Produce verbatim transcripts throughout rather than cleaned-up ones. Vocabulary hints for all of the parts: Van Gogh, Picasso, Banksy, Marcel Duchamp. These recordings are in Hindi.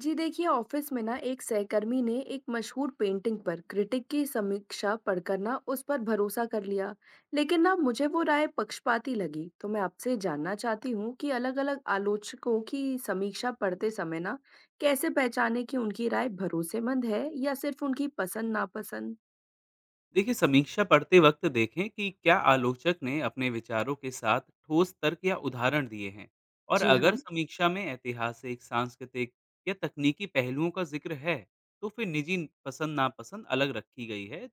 जी देखिए, ऑफिस में ना एक सहकर्मी ने एक मशहूर पेंटिंग पर क्रिटिक की समीक्षा पढ़कर ना उस पर भरोसा कर लिया। लेकिन ना मुझे वो राय पक्षपाती लगी, तो मैं आपसे जानना चाहती हूँ कि अलग-अलग आलोचकों की समीक्षा पढ़ते समय ना कैसे पहचाने कि उनकी राय भरोसेमंद है या सिर्फ उनकी पसंद नापसंद। देखिए, समीक्षा पढ़ते वक्त देखें कि क्या आलोचक ने अपने विचारों के साथ ठोस तर्क या उदाहरण दिए हैं। और जी अगर हाँ। समीक्षा में ऐतिहासिक, सांस्कृतिक या तकनीकी पहलुओं का जिक्र है, तो फिर निजी पसंद नापसंद अलग रखी गई है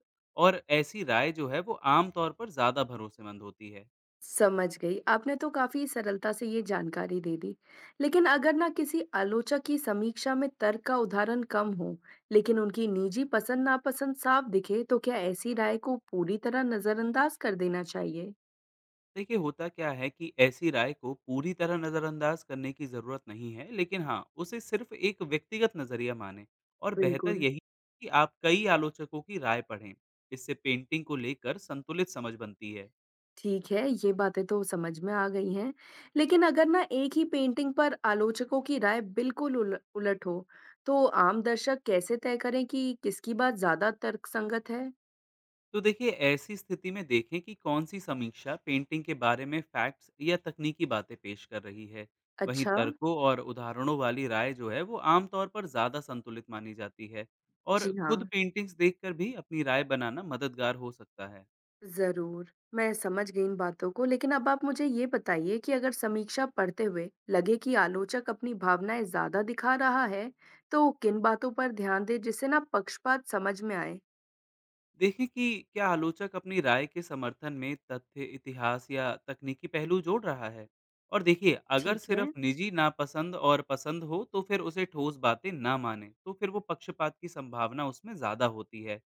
और ऐसी राय जो है वो आमतौर पर ज़्यादा भरोसेमंद होती है। समझ गई। आपने तो काफ़ी सरलता से ये जानकारी दे दी। लेकिन अगर ना किसी आलोचक की समीक्षा में तर्क का उदाहरण कम हो, लेकिन उनकी निजी पसंद-नापसंद साफ दिखे, तो क्या ऐसी राय को पूरी तरह नज़रअंदाज कर देना चाहिए? देखिए, होता क्या है कि ऐसी राय को पूरी तरह नज़रअंदाज करने की ज़रूरत नहीं है, लेकिन हाँ, उसे सिर्फ एक व्यक्तिगत नज़रिया माने। और बेहतर बिल्कुल। यही कि आप कई आलोचकों की राय पढ़ें। इससे पेंटिंग को लेकर संतुलित समझ बनती है। ठीक है, ये बातें तो समझ में आ गई हैं। लेकिन अगर ना एक ही पेंटिंग पर आलोचकों की राय बिल्कुल उल उलट हो, तो आम दर्शक कैसे तय करें कि किसकी बात ज़्यादा तर्कसंगत है? तो देखिए, ऐसी स्थिति में देखें कि कौन सी समीक्षा पेंटिंग के बारे में फैक्ट्स या तकनीकी बातें पेश कर रही है। वहीं अच्छा। तर्कों और उदाहरणों वाली राय जो है वो आमतौर पर ज़्यादा संतुलित मानी जाती है। और जी खुद हाँ। पेंटिंग्स देखकर भी अपनी राय बनाना मददगार हो सकता है। ज़रूर, मैं समझ गई इन बातों को, लेकिन अब आप मुझे ये बताइए कि अगर समीक्षा पढ़ते हुए लगे कि आलोचक अपनी भावनाएँ ज़्यादा दिखा रहा है, तो किन बातों पर ध्यान दें जिससे ना पक्षपात समझ में आए? देखें कि क्या आलोचक अपनी राय के समर्थन में तथ्य, इतिहास या तकनीकी पहलू जोड़ रहा है। और देखिए, अगर ठीक सिर्फ है, निजी नापसंद और पसंद हो तो फिर उसे ठोस बातें ना माने, तो फिर वो पक्षपात की संभावना उसमें ज्यादा होती है।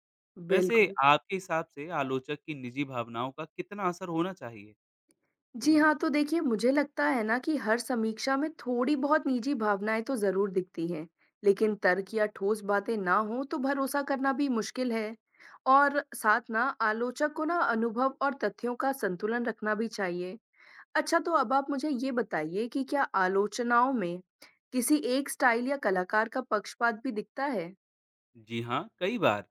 वैसे, बिल्कुल। आपके हिसाब से आलोचक की निजी भावनाओं का कितना असर होना चाहिए? जी हाँ, तो देखिए मुझे लगता है ना कि हर समीक्षा में थोड़ी बहुत निजी भावनाएँ तो ज़रूर दिखती हैं, लेकिन तर्क या ठोस बातें ना हों तो भरोसा करना भी मुश्किल है। और साथ ना आलोचक को ना अनुभव और तथ्यों का संतुलन रखना भी चाहिए। अच्छा, तो अब आप मुझे ये बताइए कि क्या आलोचनाओं में किसी एक स्टाइल या कलाकार का पक्षपात भी दिखता है? जी हाँ, कई बार।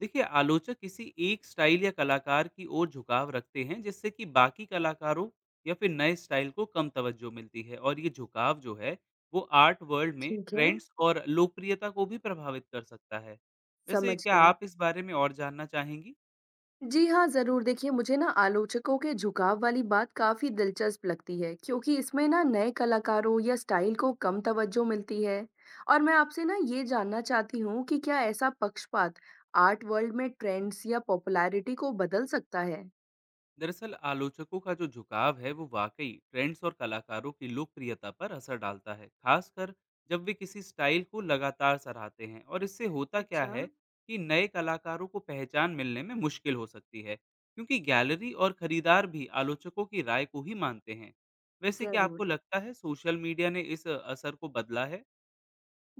देखिए, आलोचक किसी एक स्टाइल या कलाकार की ओर झुकाव रखते हैं, जिससे कि बाकी कलाकारों या फिर नए स्टाइल को कम तवज्जो मिलती है। और ये झुकाव जो है वो आर्ट वर्ल्ड में ठीक है। ट्रेंड्स और लोकप्रियता को भी प्रभावित कर सकता है। वैसे, समझ क्या गई। आप इस बारे में और जानना चाहेंगी? जी हाँ, ज़रूर। देखिए, मुझे ना आलोचकों के झुकाव वाली बात काफ़ी दिलचस्प लगती है क्योंकि इसमें ना नए कलाकारों या स्टाइल को कम तवज्जो मिलती है। और मैं आपसे ना ये जानना चाहती हूँ कि क्या ऐसा पक्षपात आर्ट वर्ल्ड में ट्रेंड्स या पॉपुलैरिटी को बदल सकता है? दरअसल, आलोचकों का जो झुकाव है वो वाकई ट्रेंड्स और कलाकारों की लोकप्रियता पर असर डालता है, खासकर जब वे किसी स्टाइल को लगातार सराहते हैं। और इससे होता क्या अच्छा। है कि नए कलाकारों को पहचान मिलने में मुश्किल हो सकती है, क्योंकि गैलरी और खरीदार भी आलोचकों की राय को ही मानते हैं। वैसे, क्या ज़रूर। आपको लगता है सोशल मीडिया ने इस असर को बदला है?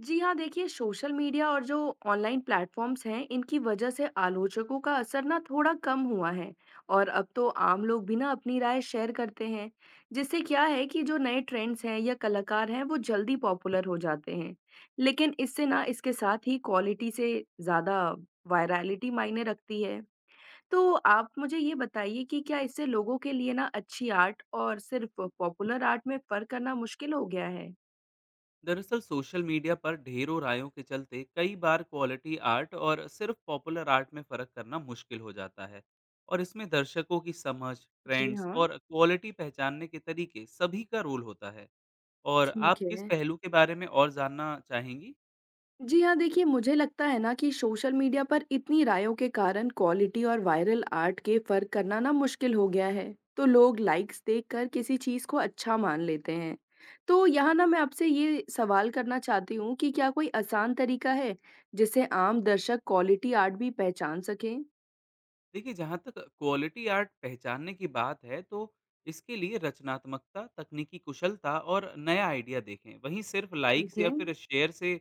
जी हाँ, देखिए सोशल मीडिया और जो ऑनलाइन प्लेटफॉर्म्स हैं इनकी वजह से आलोचकों का असर ना थोड़ा कम हुआ है। और अब तो आम लोग भी ना अपनी राय शेयर करते हैं, जिससे क्या है कि जो नए ट्रेंड्स हैं या कलाकार हैं वो जल्दी पॉपुलर हो जाते हैं। लेकिन इससे ना इसके साथ ही क्वालिटी से ज़्यादा वायरलिटी मायने रखती है। तो आप मुझे ये बताइए कि क्या इससे लोगों के लिए ना अच्छी आर्ट और सिर्फ पॉपुलर आर्ट में फर्क करना मुश्किल हो गया है? दरअसल, सोशल मीडिया पर ढेरों रायों के चलते कई बार क्वालिटी आर्ट और सिर्फ पॉपुलर आर्ट में फ़र्क करना मुश्किल हो जाता है। और इसमें दर्शकों की समझ, जी ट्रेंड्स हाँ। और क्वालिटी पहचानने के तरीके सभी का रोल होता है। और ठीक आप किस है। पहलू के बारे में और जानना चाहेंगी? जी हाँ, देखिए मुझे लगता है ना कि सोशल मीडिया पर इतनी रायों के कारण क्वालिटी और वायरल आर्ट के फर्क करना ना मुश्किल हो गया है। तो लोग लाइक्स देखकर किसी चीज़ को अच्छा मान लेते हैं। तो यहाँ ना मैं आपसे ये सवाल करना चाहती हूँ कि क्या कोई आसान तरीका है जिससे आम दर्शक क्वालिटी आर्ट भी पहचान सकें? देखिए, जहाँ तक क्वालिटी आर्ट पहचानने की बात है, तो इसके लिए रचनात्मकता, तकनीकी कुशलता और नया आइडिया देखें। वहीं सिर्फ लाइक्स ठीक या है। फिर शेयर से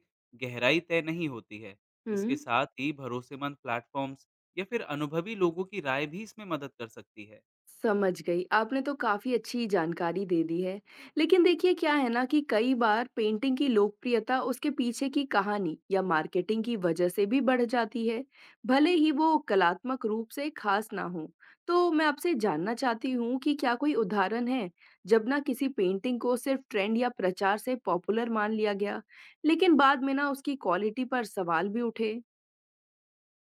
गहराई तय नहीं होती है। हुँ। इसके साथ ही भरोसेमंद प्लेटफॉर्म्स या फिर अनुभवी लोगों की राय भी इसमें मदद कर सकती है। समझ गई। आपने तो काफ़ी अच्छी जानकारी दे दी है। लेकिन देखिए क्या है ना कि कई बार पेंटिंग की लोकप्रियता उसके पीछे की कहानी या मार्केटिंग की वजह से भी बढ़ जाती है, भले ही वो कलात्मक रूप से खास ना हो। तो मैं आपसे जानना चाहती हूँ कि क्या कोई उदाहरण है जब ना किसी पेंटिंग को सिर्फ ट्रेंड या प्रचार से पॉपुलर मान लिया गया, लेकिन बाद में ना उसकी क्वालिटी पर सवाल भी उठे?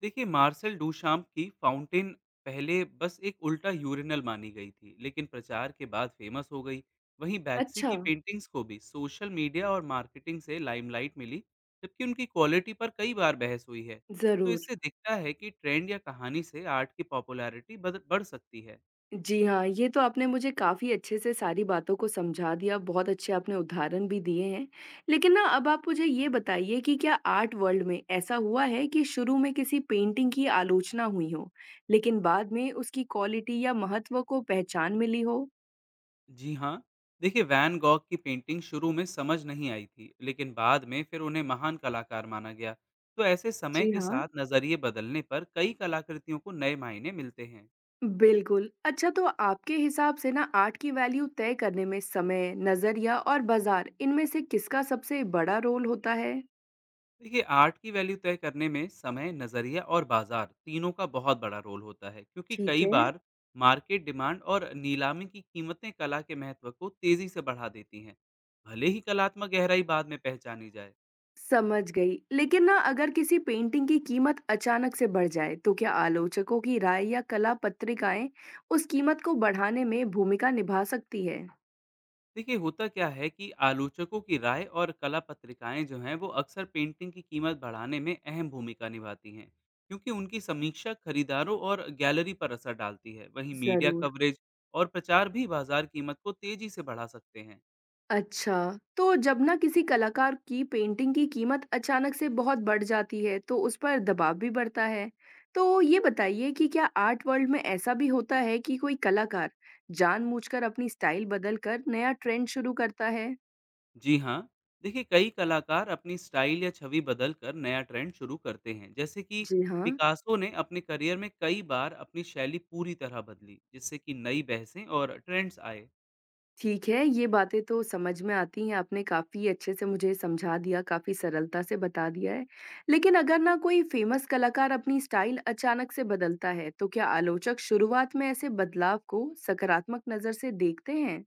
देखिए, मार्सेल डूशाम्प की फाउंटेन पहले बस एक उल्टा यूरिनल मानी गई थी, लेकिन प्रचार के बाद फेमस हो गई। वहीं बैक्सी अच्छा। की पेंटिंग्स को भी सोशल मीडिया और मार्केटिंग से लाइमलाइट मिली, जबकि उनकी क्वालिटी पर कई बार बहस हुई है। तो ज़रूर। इससे दिखता है कि ट्रेंड या कहानी से आर्ट की पॉपुलैरिटी बढ़ सकती है। जी हाँ, ये तो आपने मुझे काफ़ी अच्छे से सारी बातों को समझा दिया, बहुत अच्छे आपने उदाहरण भी दिए हैं। लेकिन ना अब आप मुझे ये बताइए कि क्या आर्ट वर्ल्ड में ऐसा हुआ है कि शुरू में किसी पेंटिंग की आलोचना हुई हो, लेकिन बाद में उसकी क्वालिटी या महत्व को पहचान मिली हो? जी हाँ। देखिए, वैन गॉग की पेंटिंग शुरू में समझ नहीं आई थी, लेकिन बाद में फिर उन्हें महान कलाकार माना गया। तो ऐसे समय जी के हाँ। साथ नज़रिए बदलने पर कई कलाकृतियों को नए मायने मिलते हैं। बिल्कुल। अच्छा, तो आपके हिसाब से ना आर्ट की वैल्यू तय करने में समय, नज़रिया और बाज़ार इनमें से किसका सबसे बड़ा रोल होता है? देखिए, आर्ट की वैल्यू तय करने में समय, नज़रिया और बाजार तीनों का बहुत बड़ा रोल होता है, क्योंकि ठीक कई है। बार मार्केट डिमांड और नीलामी की कीमतें कला के महत्व को तेज़ी से बढ़ा देती हैं, भले ही कलात्मक गहराई बाद में पहचानी जाए। समझ गई। लेकिन ना अगर किसी पेंटिंग की कीमत अचानक से बढ़ जाए, तो क्या आलोचकों की राय या कला पत्रिकाएँ उस कीमत को बढ़ाने में भूमिका निभा सकती है? देखिए, होता क्या है कि आलोचकों की राय और कला पत्रिकाएं जो हैं वो अक्सर पेंटिंग की कीमत बढ़ाने में अहम भूमिका निभाती हैं, क्योंकि उनकी समीक्षा खरीदारों और गैलरी पर असर डालती है। वहीं मीडिया ज़रूर। कवरेज और प्रचार भी बाजार कीमत को तेजी से बढ़ा सकते हैं। अच्छा, तो जब ना किसी कलाकार की पेंटिंग की कीमत अचानक से बहुत बढ़ जाती है, तो उस पर दबाव भी बढ़ता है। तो ये बताइए कि क्या आर्ट वर्ल्ड में ऐसा भी होता है कि कोई कलाकार जानबूझकर अपनी स्टाइल बदलकर नया ट्रेंड शुरू करता है? जी हाँ। देखिए, कई कलाकार अपनी स्टाइल या छवि बदल कर नया ट्रेंड शुरू करते हैं, जैसे कि जी हाँ। पिकासो ने अपने करियर में कई बार अपनी शैली पूरी तरह बदली, जिससे कि नई बहसें और ट्रेंड्स आए। ठीक है, ये बातें तो समझ में आती हैं, आपने काफ़ी अच्छे से मुझे समझा दिया, काफ़ी सरलता से बता दिया है। लेकिन अगर ना कोई फ़ेमस कलाकार अपनी स्टाइल अचानक से बदलता है, तो क्या आलोचक शुरुआत में ऐसे बदलाव को सकारात्मक नज़र से देखते हैं?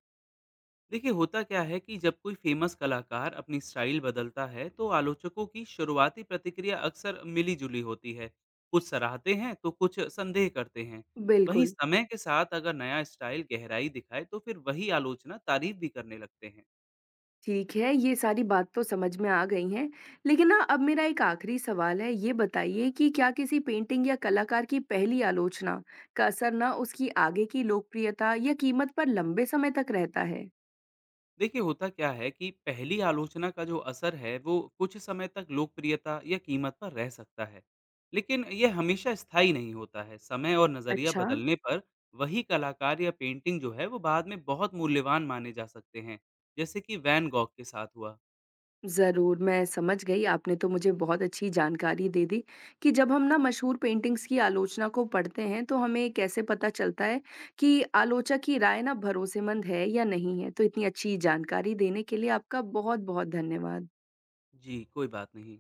देखिए, होता क्या है कि जब कोई फेमस कलाकार अपनी स्टाइल बदलता है, तो आलोचकों की शुरुआती प्रतिक्रिया अक्सर मिली जुली होती है। कुछ सराहते हैं तो कुछ संदेह करते हैं। वहीं बिल्कुल। समय के साथ अगर नया स्टाइल गहराई दिखाए, तो फिर वही आलोचना तारीफ भी करने लगते हैं। ठीक है, ये सारी बात तो समझ में आ गई हैं। लेकिन ना अब मेरा एक आखिरी सवाल है, ये बताइए कि क्या किसी पेंटिंग या कलाकार की पहली आलोचना का असर ना उसकी आगे की लोकप्रियता या कीमत पर लंबे समय तक रहता है? देखिए, होता क्या है कि पहली आलोचना का जो असर है वो कुछ समय तक लोकप्रियता या कीमत पर रह सकता है, लेकिन यह हमेशा स्थायी नहीं होता है। समय और नज़रिया अच्छा। बदलने पर वही कलाकार या पेंटिंग जो है वो बाद में बहुत मूल्यवान माने जा सकते हैं, जैसे कि वैन गॉग के साथ हुआ। ज़रूर, मैं समझ गई। आपने तो मुझे बहुत अच्छी जानकारी दे दी कि जब हम ना मशहूर पेंटिंग्स की आलोचना को पढ़ते हैं, तो हमें कैसे पता चलता है कि आलोचक की राय ना भरोसेमंद है या नहीं है। तो इतनी अच्छी जानकारी देने के लिए आपका बहुत-बहुत धन्यवाद। जी, कोई बात नहीं।